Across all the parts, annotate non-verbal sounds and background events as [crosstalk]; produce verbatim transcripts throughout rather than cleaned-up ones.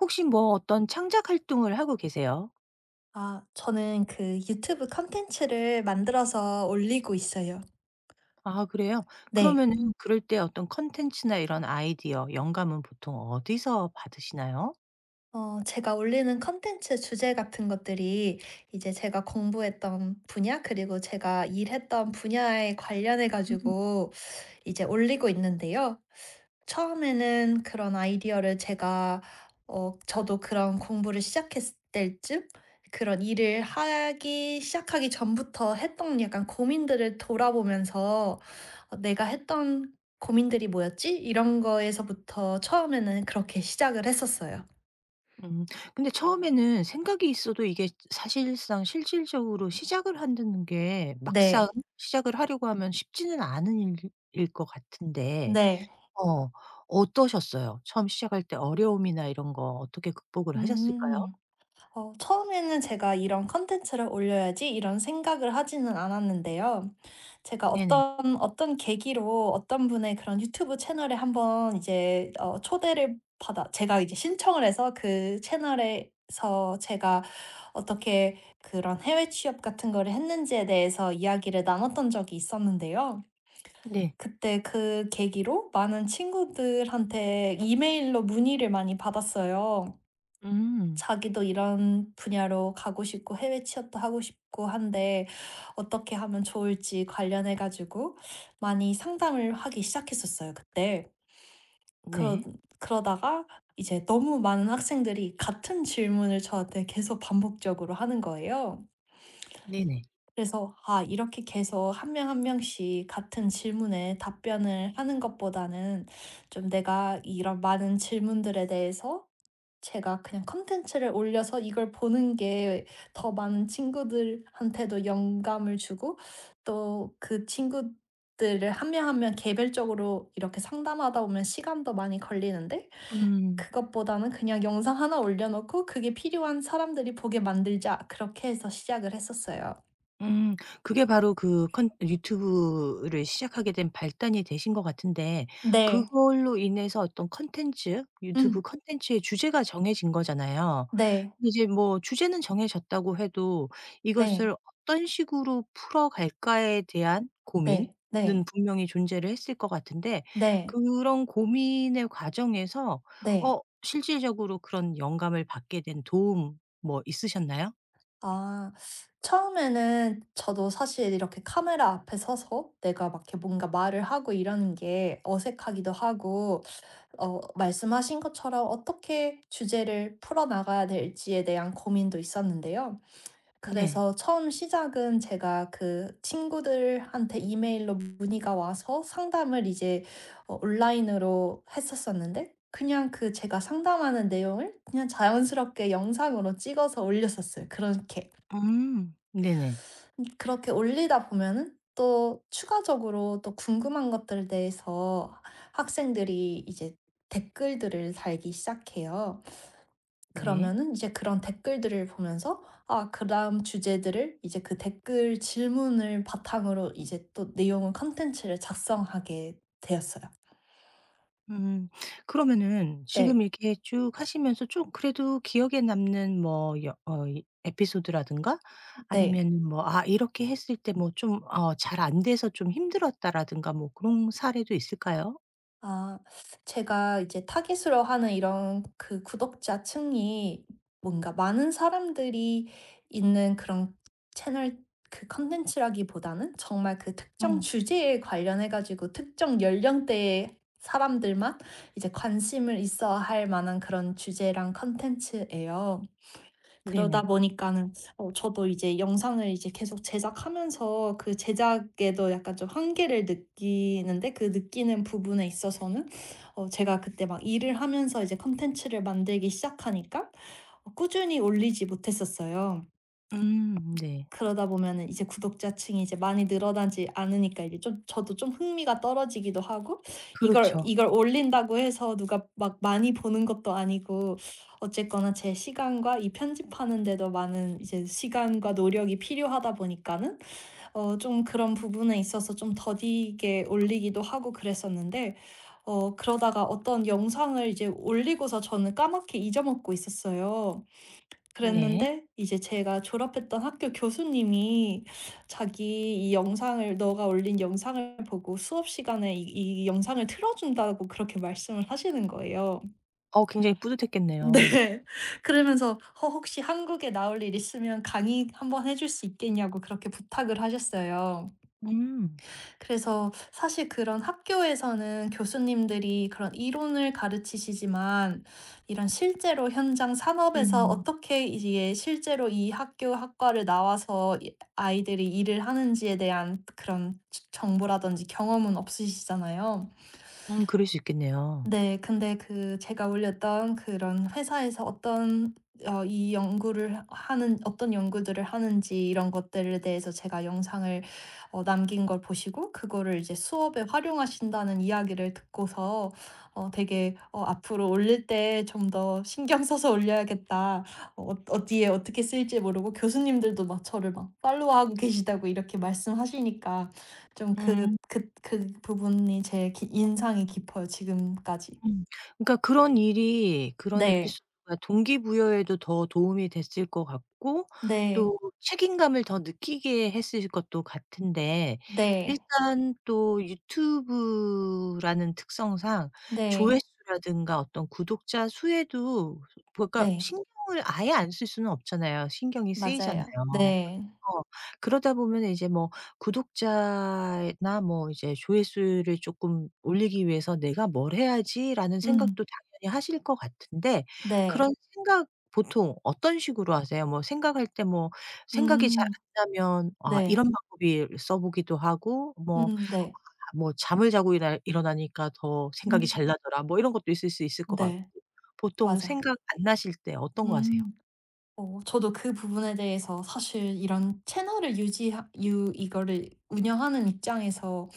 혹시 뭐 어떤 창작 활동을 하고 계세요? 아 저는 그 유튜브 콘텐츠를 만들어서 올리고 있어요. 아 그래요? 네. 그러면은 음. 그럴 때 어떤 컨텐츠나 이런 아이디어, 영감은 보통 어디서 받으시나요? 어 제가 올리는 콘텐츠 주제 같은 것들이 이제 제가 공부했던 분야, 그리고 제가 일했던 분야에 관련해 음. 가지고 이제 올리고 있는데요. 처음에는 그런 아이디어를 제가 어 저도 그런 공부를 시작했을 때쯤, 그런 일을 하기 시작하기 전부터 했던 약간 고민들을 돌아보면서 '어 내가 했던 고민들이 뭐였지?' 이런 거에서부터 처음에는 그렇게 시작을 했었어요. 음. 근데 처음에는 생각이 있어도 이게 사실상 실질적으로 시작을 한다는 게 막상 네. 시작을 하려고 하면 쉽지는 않은 일일것 같은데 네. 어 어떠셨어요? 처음 시작할 때 어려움이나 이런 거 어떻게 극복을 하셨을까요? 음. 어 처음에는 제가 '이런 콘텐츠를 올려야지.' 이런 생각을 하지는 않았는데요. 제가 네네. 어떤 어떤 계기로 어떤 분의 그런 유튜브 채널에 한번 이제 어 초대를 받아 제가 이제 신청을 해서 그 채널에서 제가 어떻게 그런 해외 취업 같은 거를 했는지에 대해서 이야기를 나눴던 적이 있었는데요. 네. 그때 그 계기로 많은 친구들한테 이메일로 문의를 많이 받았어요. 음. 자기도 이런 분야로 가고 싶고 해외 취업도 하고 싶고 한데 어떻게 하면 좋을지 관련해 가지고 많이 상담을 하기 시작했었어요 그때. 그러 네. 그러다가 이제 너무 많은 학생들이 같은 질문을 저한테 계속 반복적으로 하는 거예요. 네네. 그래서 '아 이렇게 계속 한 명 한 명씩 같은 질문에 답변을 하는 것보다는 좀 내가 이런 많은 질문들에 대해서 제가 그냥 콘텐츠를 올려서 이걸 보는 게 더 많은 친구들한테도 영감을 주고, 또 그 친구들을 한 명 한 명 개별적으로 이렇게 상담하다 보면 시간도 많이 걸리는데 음. 그것보다는 그냥 영상 하나 올려 놓고 그게 필요한 사람들이 보게 만들자.' 그렇게 해서 시작을 했었어요. 음. 그게 바로 그 컨 유튜브를 시작하게 된 발단이 되신 것 같은데, 네. 그걸로 인해서 어떤 컨텐츠 유튜브 음. 컨텐츠의 주제가 정해진 거잖아요. 네. 근데 이제 뭐 주제는 정해졌다고 해도 네. 이것을 '어떤 식으로 풀어갈까.'에 대한 고민은 네. 네. 분명히 존재를 했을 것 같은데, 네. 그런 고민의 과정에서 네. 어 실질적으로 그런 영감을 받게 된 도움 뭐 있으셨나요? 아. 처음에는 저도 사실 이렇게 카메라 앞에 서서 내가 막 이렇게 뭔가 말을 하고 이러는 게 어색하기도 하고, 어 말씀하신 것처럼 어떻게 주제를 풀어나가야 될지에 대한 고민도 있었는데요. 네. 그래서 처음 시작은 제가 그 친구들한테 이메일로 문의가 와서 상담을 이제 어 온라인으로 했었었는데 그냥 그 제가 상담하는 내용을 그냥 자연스럽게 영상으로 찍어서 올렸었어요 그렇게. 음. 네네. 음, 그렇게 올리다 보면은 또 추가적으로 또 궁금한 것들에 대해서 학생들이 이제 댓글들을 달기 시작해요. 네. 그러면은 이제 그런 댓글들을 보면서 아 그다음 주제들을 이제 그 댓글 질문을 바탕으로 이제 또 내용을 컨텐츠를 작성하게 되었어요. 음. 그러면은 지금 네. 이렇게 쭉 하시면서 좀 그래도 기억에 남는 뭐 여 어 이 에피소드라든가 네. 아니면은 뭐 '아 이렇게 했을 때 뭐 좀 어 잘 안 돼서 좀 힘들었다.'라든가 뭐 그런 사례도 있을까요? 아 제가 이제 타깃으로 하는 이런 그 구독자층이 뭔가 많은 사람들이 있는 그런 채널, 그 콘텐츠라기보다는 정말 그 특정 음. 주제에 관련해 가지고 특정 연령대의 사람들만 이제 관심을 있어 할 만한 그런 주제랑 콘텐츠예요. 그러다 네네. 보니까는, 어, 저도 이제 영상을 이제 계속 제작하면서 그 제작에도 약간 좀 한계를 느끼는데 그 느끼는 부분에 있어서는 어, 제가 그때 막 일을 하면서 이제 컨텐츠를 만들기 시작하니까 어, 꾸준히 올리지 못했었어요. 음 네. 그러다 보면은 이제 구독자층이 이제 많이 늘어나지 않으니까 이제 좀 저도 좀 흥미가 떨어지기도 하고, 이걸 그렇죠. 이걸 올린다고 해서 누가 막 많이 보는 것도 아니고 어쨌거나 제 시간과 이 편집하는 데도 많은 이제 시간과 노력이 필요하다 보니까는 어 좀 그런 부분에 있어서 좀 더디게 올리기도 하고 그랬었는데 어 그러다가 어떤 영상을 이제 올리고서 저는 까맣게 잊어먹고 있었어요. 네. 그랬는데 이제 제가 졸업했던 학교 교수님이 자기 이 영상을 "너가 올린 영상을 보고 수업 시간에 이 이 영상을 틀어 준다."고 그렇게 말씀을 하시는 거예요. 어 굉장히 [laughs] 뿌듯했겠네요. 네. 그러면서 "어 혹시 한국에 나올 일 있으면 강의 한번 해줄 수 있겠냐."고 그렇게 부탁을 하셨어요. 음. 그래서 사실 그런 학교에서는 교수님들이 그런 이론을 가르치시지만 이런 실제로 현장 산업에서 음. 어떻게 이게 실제로 이 학교 학과를 나와서 이 아이들이 일을 하는지에 대한 그런 정보라든지 경험은 없으시잖아요. 음 그럴 수 있겠네요. 네. 근데 그 제가 올렸던 그런 회사에서 어떤 어 이 연구를 하는, 어떤 연구들을 하는지 이런 것들에 대해서 제가 영상을 어 남긴 걸 보시고 그거를 이제 수업에 활용하신다는 이야기를 듣고서 어 되게 '어 앞으로 올릴 때 좀 더 신경 써서 올려야겠다.' 어 어디에 어떻게 쓸지 모르고 교수님들도 막 저를 막 팔로우하고 계시다고 이렇게 말씀하시니까 좀 그 음. 그 그 부분이 제일 기 인상이 깊어요 지금까지. 음. 그러니까 그런 일이 그런 네. 에피소드가 동기부여에도 더 도움이 됐을 것 같고, 네. 또 책임감을 더 느끼게 했을 것도 같은데, 네. 일단 또 유튜브라는 특성상 네. 조회수라든가 어떤 구독자 수에도, 그러니까 네. 신경을 아예 안 쓸 수는 없잖아요. 신경이 쓰이잖아요. 맞아요. 네. 어. 그러다 보면은 이제 뭐 구독자나 뭐 이제 조회수를 쪼끔 올리기 위해서 '내가 뭘 해야지.'라는 음. 생각도 당연히 하실 것 같은데, 네. 그런 생각 보통 어떤 식으로 하세요? 뭐 생각할 때 뭐 생각이 잘 음. 안 나면 아 네. 이런 방법을 써 보기도 하고 뭐, 음 네. 뭐 '잠을 자고 일어 일어나니까 더 생각이 음 잘 나더라.' 뭐 이런 것도 있을 수 있을 것 같고. 네. 보통 음. 맞아. 생각 안 나실 때 어떤 거 하세요? 음. 어 저도 그 부분에 대해서 사실 이런 채널을 유지, 유 이거를 운영하는 입장에서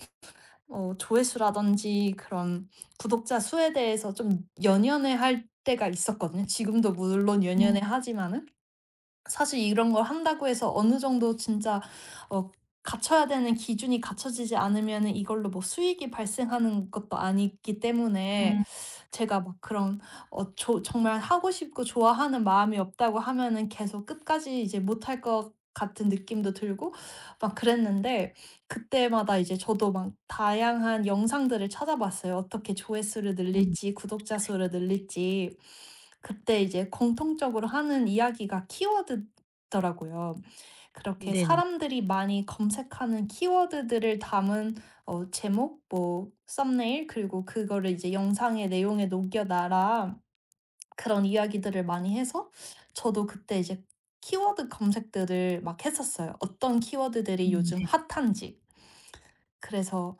어 조회수라든지 그런 구독자 수에 대해서 좀 연연해할 때가 있었거든요. 지금도 물론 음. 연연해하지만은 사실 이런 걸 한다고 해서 어느 정도 진짜 어 갖춰야 되는 기준이 갖춰지지 않으면은 이걸로 뭐 수익이 발생하는 것도 아니기 때문에 음. 제가 막 그런 어 조 정말 하고 싶고 좋아하는 마음이 없다고 하면은 계속 끝까지 이제 못할 것 같은 느낌도 들고 막 그랬는데 그때마다 이제 저도 막 다양한 영상들을 찾아봤어요. 어떻게 조회수를 음. 늘릴지, 구독자 수를 늘릴지. 그때 이제 공통적으로 하는 이야기가 키워드더라고요. 그렇게 네네. 사람들이 많이 검색하는 키워드들을 담은 어 제목 뭐 썸네일, 그리고 그거를 이제 영상의 내용에 녹여놔라, 그런 이야기들을 많이 해서 저도 그때 이제 키워드 검색들을 막 했었어요. 어떤 키워드들이 음 요즘 네. 핫한지. 그래서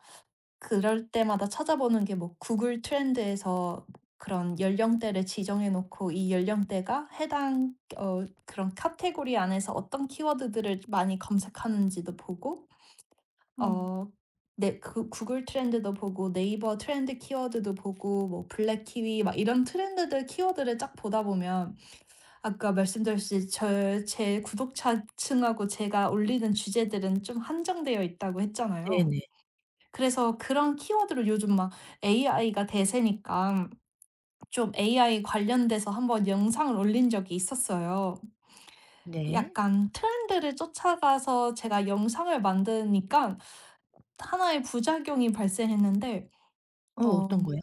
그럴 때마다 찾아보는 게 뭐 구글 트렌드에서 그런 연령대를 지정해 놓고 이 연령대가 해당 어 그런 카테고리 안에서 어떤 키워드들을 많이 검색하는지도 보고 음. 어 네 그 구글 트렌드도 보고 네이버 트렌드 키워드도 보고 뭐 블랙 키위 막 이런 트렌드들 키워드를 쫙 보다 보면 아까 말씀드렸듯이 저 제 구독자층하고 제가 올리는 주제들은 좀 한정되어 있다고 했잖아요. 네네. 그래서 그런 키워드를 요즘 막 에이아이가 대세니까 좀 에이아이 관련돼서 한번 영상을 올린 적이 있었어요. 네. 약간 트렌드를 쫓아가서 제가 영상을 만드니까 하나의 부작용이 발생했는데 어 어 어떤 거요?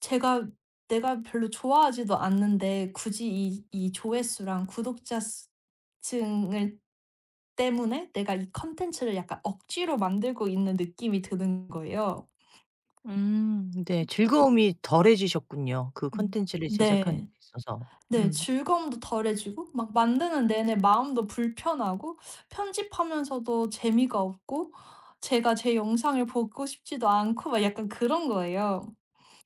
제가 내가 별로 좋아하지도 않는데 굳이 이 이 조회수랑 구독자 수 층을 때문에 내가 이 컨텐츠를 약간 억지로 만들고 있는 느낌이 드는 거예요. 음 네. 즐거움이 덜해지셨군요, 그 음. 콘텐츠를 제작하는 데 네. 있어서. 네. 음. 즐거움도 덜해지고 막 만드는 내내 마음도 불편하고 편집하면서도 재미가 없고 제가 제 영상을 보고 싶지도 않고 막 약간 그런 거예요.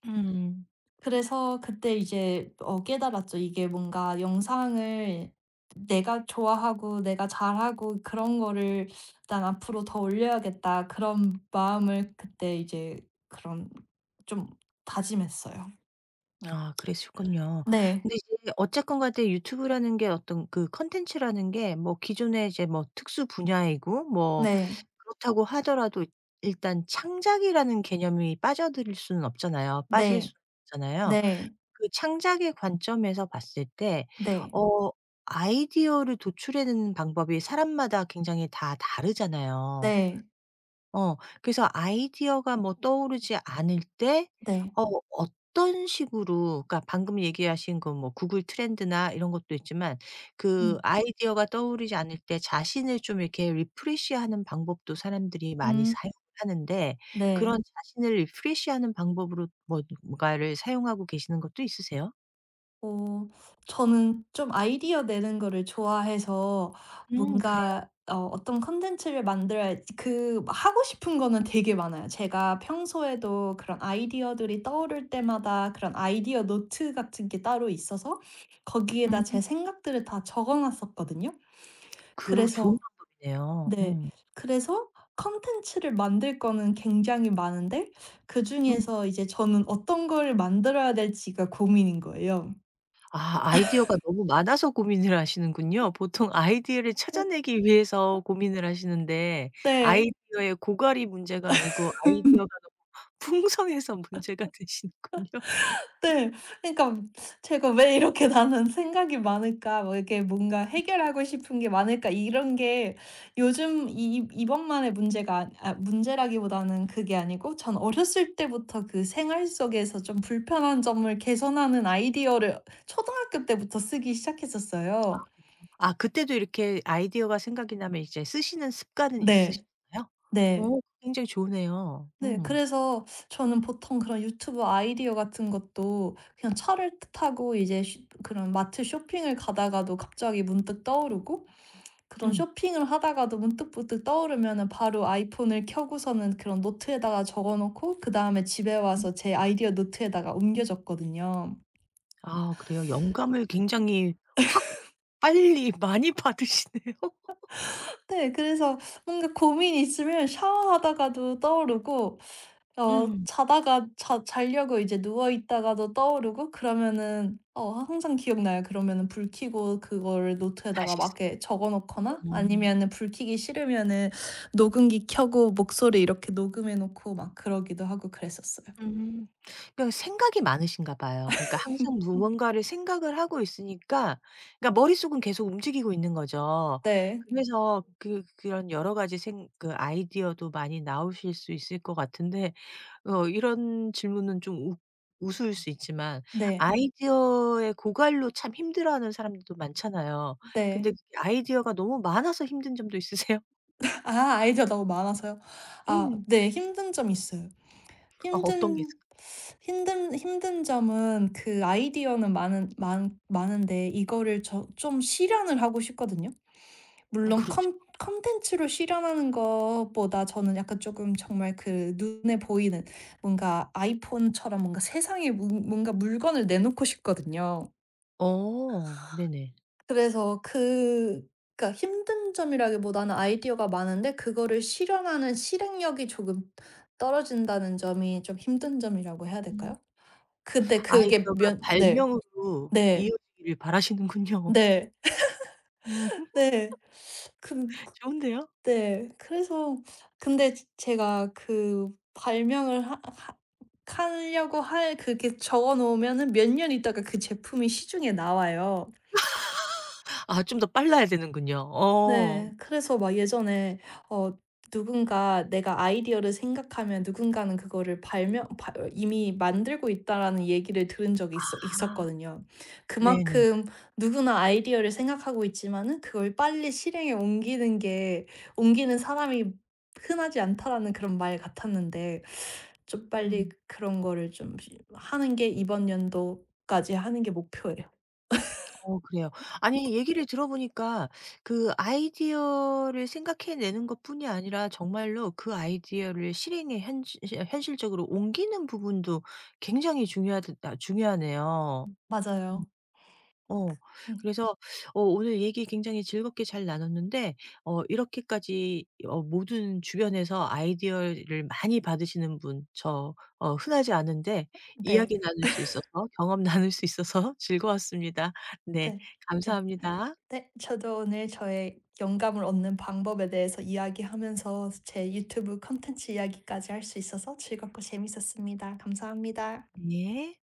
음. 그래서 그때 이제 어 깨달았죠. 이게 뭔가 영상을 내가 좋아하고 내가 잘하고 그런 거를 '일단 앞으로 더 올려야겠다.' 그런 마음을 그때 이제 그런 좀 다짐했어요. 아 그랬을군요. 네. 근데 이제 어쨌건 간에 유튜브라는 게 어떤 그 콘텐츠라는 게 뭐 기존에 이제 뭐 특수 분야이고 뭐 네. 그렇다고 하더라도 일단 창작이라는 개념이 빠져들 수는 없잖아요. 빠질 네. 수는 없잖아요. 네. 그 창작의 관점에서 봤을 때 네. 어 아이디어를 도출해 내는 방법이 사람마다 굉장히 다 다르잖아요. 네. 어. 그래서 아이디어가 뭐 떠오르지 않을 때 네. 어 어떤 식으로, 그러니까 방금 얘기하신 그 뭐 구글 트렌드나 이런 것도 있지만 그 음. 아이디어가 떠오르지 않을 때 자신을 좀 이렇게 리프레시하는 방법도 사람들이 많이 음 사용 하는데 그런 네. 자신을 리프레시하는 방법으로 뭐 뭔가를 사용하고 계시는 것도 있으세요? 어 저는 좀 아이디어 내는 거를 좋아해서 음 그래요? 뭔가 어 어떤 콘텐츠를 만들어야 그 하고 싶은 거는 되게 많아요. 제가 평소에도 그런 아이디어들이 떠오를 때마다 그런 아이디어 노트 같은 게 따로 있어서 거기에다 음. 제 생각들을 다 적어 놨었거든요. 그러 좋은 그래서 방법이네요. 네. 음. 그래서 컨텐츠를 만들 거는 굉장히 많은데 그중에서 이제 저는 어떤 걸 만들어야 될지가 고민인 거예요. 아 아이디어가 너무 많아서 고민을 하시는군요. 보통 아이디어를 [laughs] 찾아내기 위해서 고민을 하시는데, 네. 아이디어의 고갈이 문제가 아니고 아이디어가 너무 풍성해서 문제가 [laughs] 되시는군요. 네. 그러니까 제가 '왜 이렇게 [laughs] 나는 생각이 많을까? 뭐 이렇게 뭔가 해결하고 싶은 게 많을까?' 이런 게 요즘 이 이번만의 문제가 아니 아 문제라기보다는 그게 아니고 전 어렸을 때부터 그 생활 속에서 좀 불편한 점을 개선하는 아이디어를 초등학교 때부터 쓰기 시작했었어요. 아 그때도 이렇게 아이디어가 생각이 나면 이제 쓰시는 습관은 네. 있으신가요? 네. 오 굉장히 좋네요 네. 음. 그래서 저는 보통 그런 유튜브 아이디어 같은 것도 그냥 차를 타고 이제 쉬- 그런 마트 쇼핑을 가다가도 갑자기 문득 떠오르고, 그런 음. 쇼핑을 하다가도 문득문득 떠오르면은 바로 아이폰을 켜고서는 그런 노트에다가 적어 놓고 그다음에 집에 와서 제 아이디어 노트에다가 옮겨 줬거든요. 아 그래요. 영감을 굉장히 확 빨리 많이 받으시네요. [laughs] 네. 그래서 뭔가 고민이 있으면 샤워하다가도 떠오르고 어 음. 자다가 자 자려고 이제 누워 있다가도 떠오르고, 그러면은 어 항상 기억나요. 그러면은 불 켜고 그거를 노트에다가 다시 막 쓰고. 이렇게 적어 놓거나, 어. 아니면은 불 켜기 싫으면은 녹음기 켜고 목소리 이렇게 녹음해 놓고 막 그러기도 하고 그랬었어요. 음. 그러니까 생각이 많으신가 봐요. 그러니까 항상 음. 무언가를 생각을 하고 있으니까, 그러니까 머릿속은 계속 움직이고 있는 거죠. 네. 그래서 그 그런 여러 가지 생 그 아이디어도 많이 나오실 수 있을 것 같은데, 어 이런 질문은 좀 우 우스울 수 있지만, 네. 아이디어의 고갈로 참 힘들어하는 사람들도 많잖아요. 근데 네. 그게 아이디어가 너무 많아서 힘든 점도 있으세요? 아 아이디어 너무 많아서요? 아 음. 네. 힘든 점이 있어요. [laughs] 아 어떤 게 힘든 있을까요? 힘든 힘든 점은 그 아이디어는 많은 많 많은데 이거를 저 좀 실현을 하고 싶거든요. 음 물론 그렇죠. 컨 컨텐츠로 실현하는 것보다 저는 약간 쪼금 정말 그 눈에 보이는 뭔가 아이폰처럼 뭔가 세상에 뭔 뭔가 물건을 내놓고 싶거든요. 어 네네. 그래서 그 그러니까 힘든 점이라기보다는 아이디어가 많은데 그거를 실현하는 실행력이 조금 떨어진다는 점이 좀 힘든 점이라고 해야 될까요? 근데 그게 아이디어가 면 네. 발명으로 네. 이어지기를 바라시는군요. 네. 음 [laughs] 네. 근 좋은데요? 네. 그래서 근데 제 제가 그 발명을 하하 하려고 할 그게 적어 놓으면은 몇 년 있다가 그 제품이 시중에 나와요. 아 좀 더 빨라야 되는군요. 어. 네. 그래서 막 예전에 어 누군가 내가 아이디어를 생각하면 누군가는 그거를 발명 발 이미 만들고 있다라는 얘기를 들은 적이 있어 아 있었거든요. 네네. 그만큼 누구나 아이디어를 생각하고 있지만은 그걸 빨리 실행에 옮기는 게 옮기는 사람이 흔하지 않다라는 그런 말 같았는데 좀 빨리 음. 그런 거를 좀 시 하는 게 이번 연도까지 하는 게 목표예요. 어 그래요. 아니 얘기를 들어보니까 그 아이디어를 생각해 내는 것뿐이 아니라 정말로 그 아이디어를 실행에 현실 현실적으로 옮기는 부분도 굉장히 중요하다 중요하네요. 맞아요. 어. 음. 그래서 어 오늘 얘기 굉장히 즐겁게 잘 나눴는데, 어 이렇게까지 어 모든 주변에서 아이디어를 많이 받으시는 분 저 어 흔하지 않은데 네. 이야기 나눌 수 있어서 경험 [laughs] 나눌 수 있어서 즐거웠습니다. 네. 네. 네. 감사합니다. 네, 저도 오늘 저의 영감을 얻는 방법에 대해서 이야기하면서 제 유튜브 콘텐츠 이야기까지 할 수 있어서 즐겁고 재밌었습니다. 감사합니다. 네.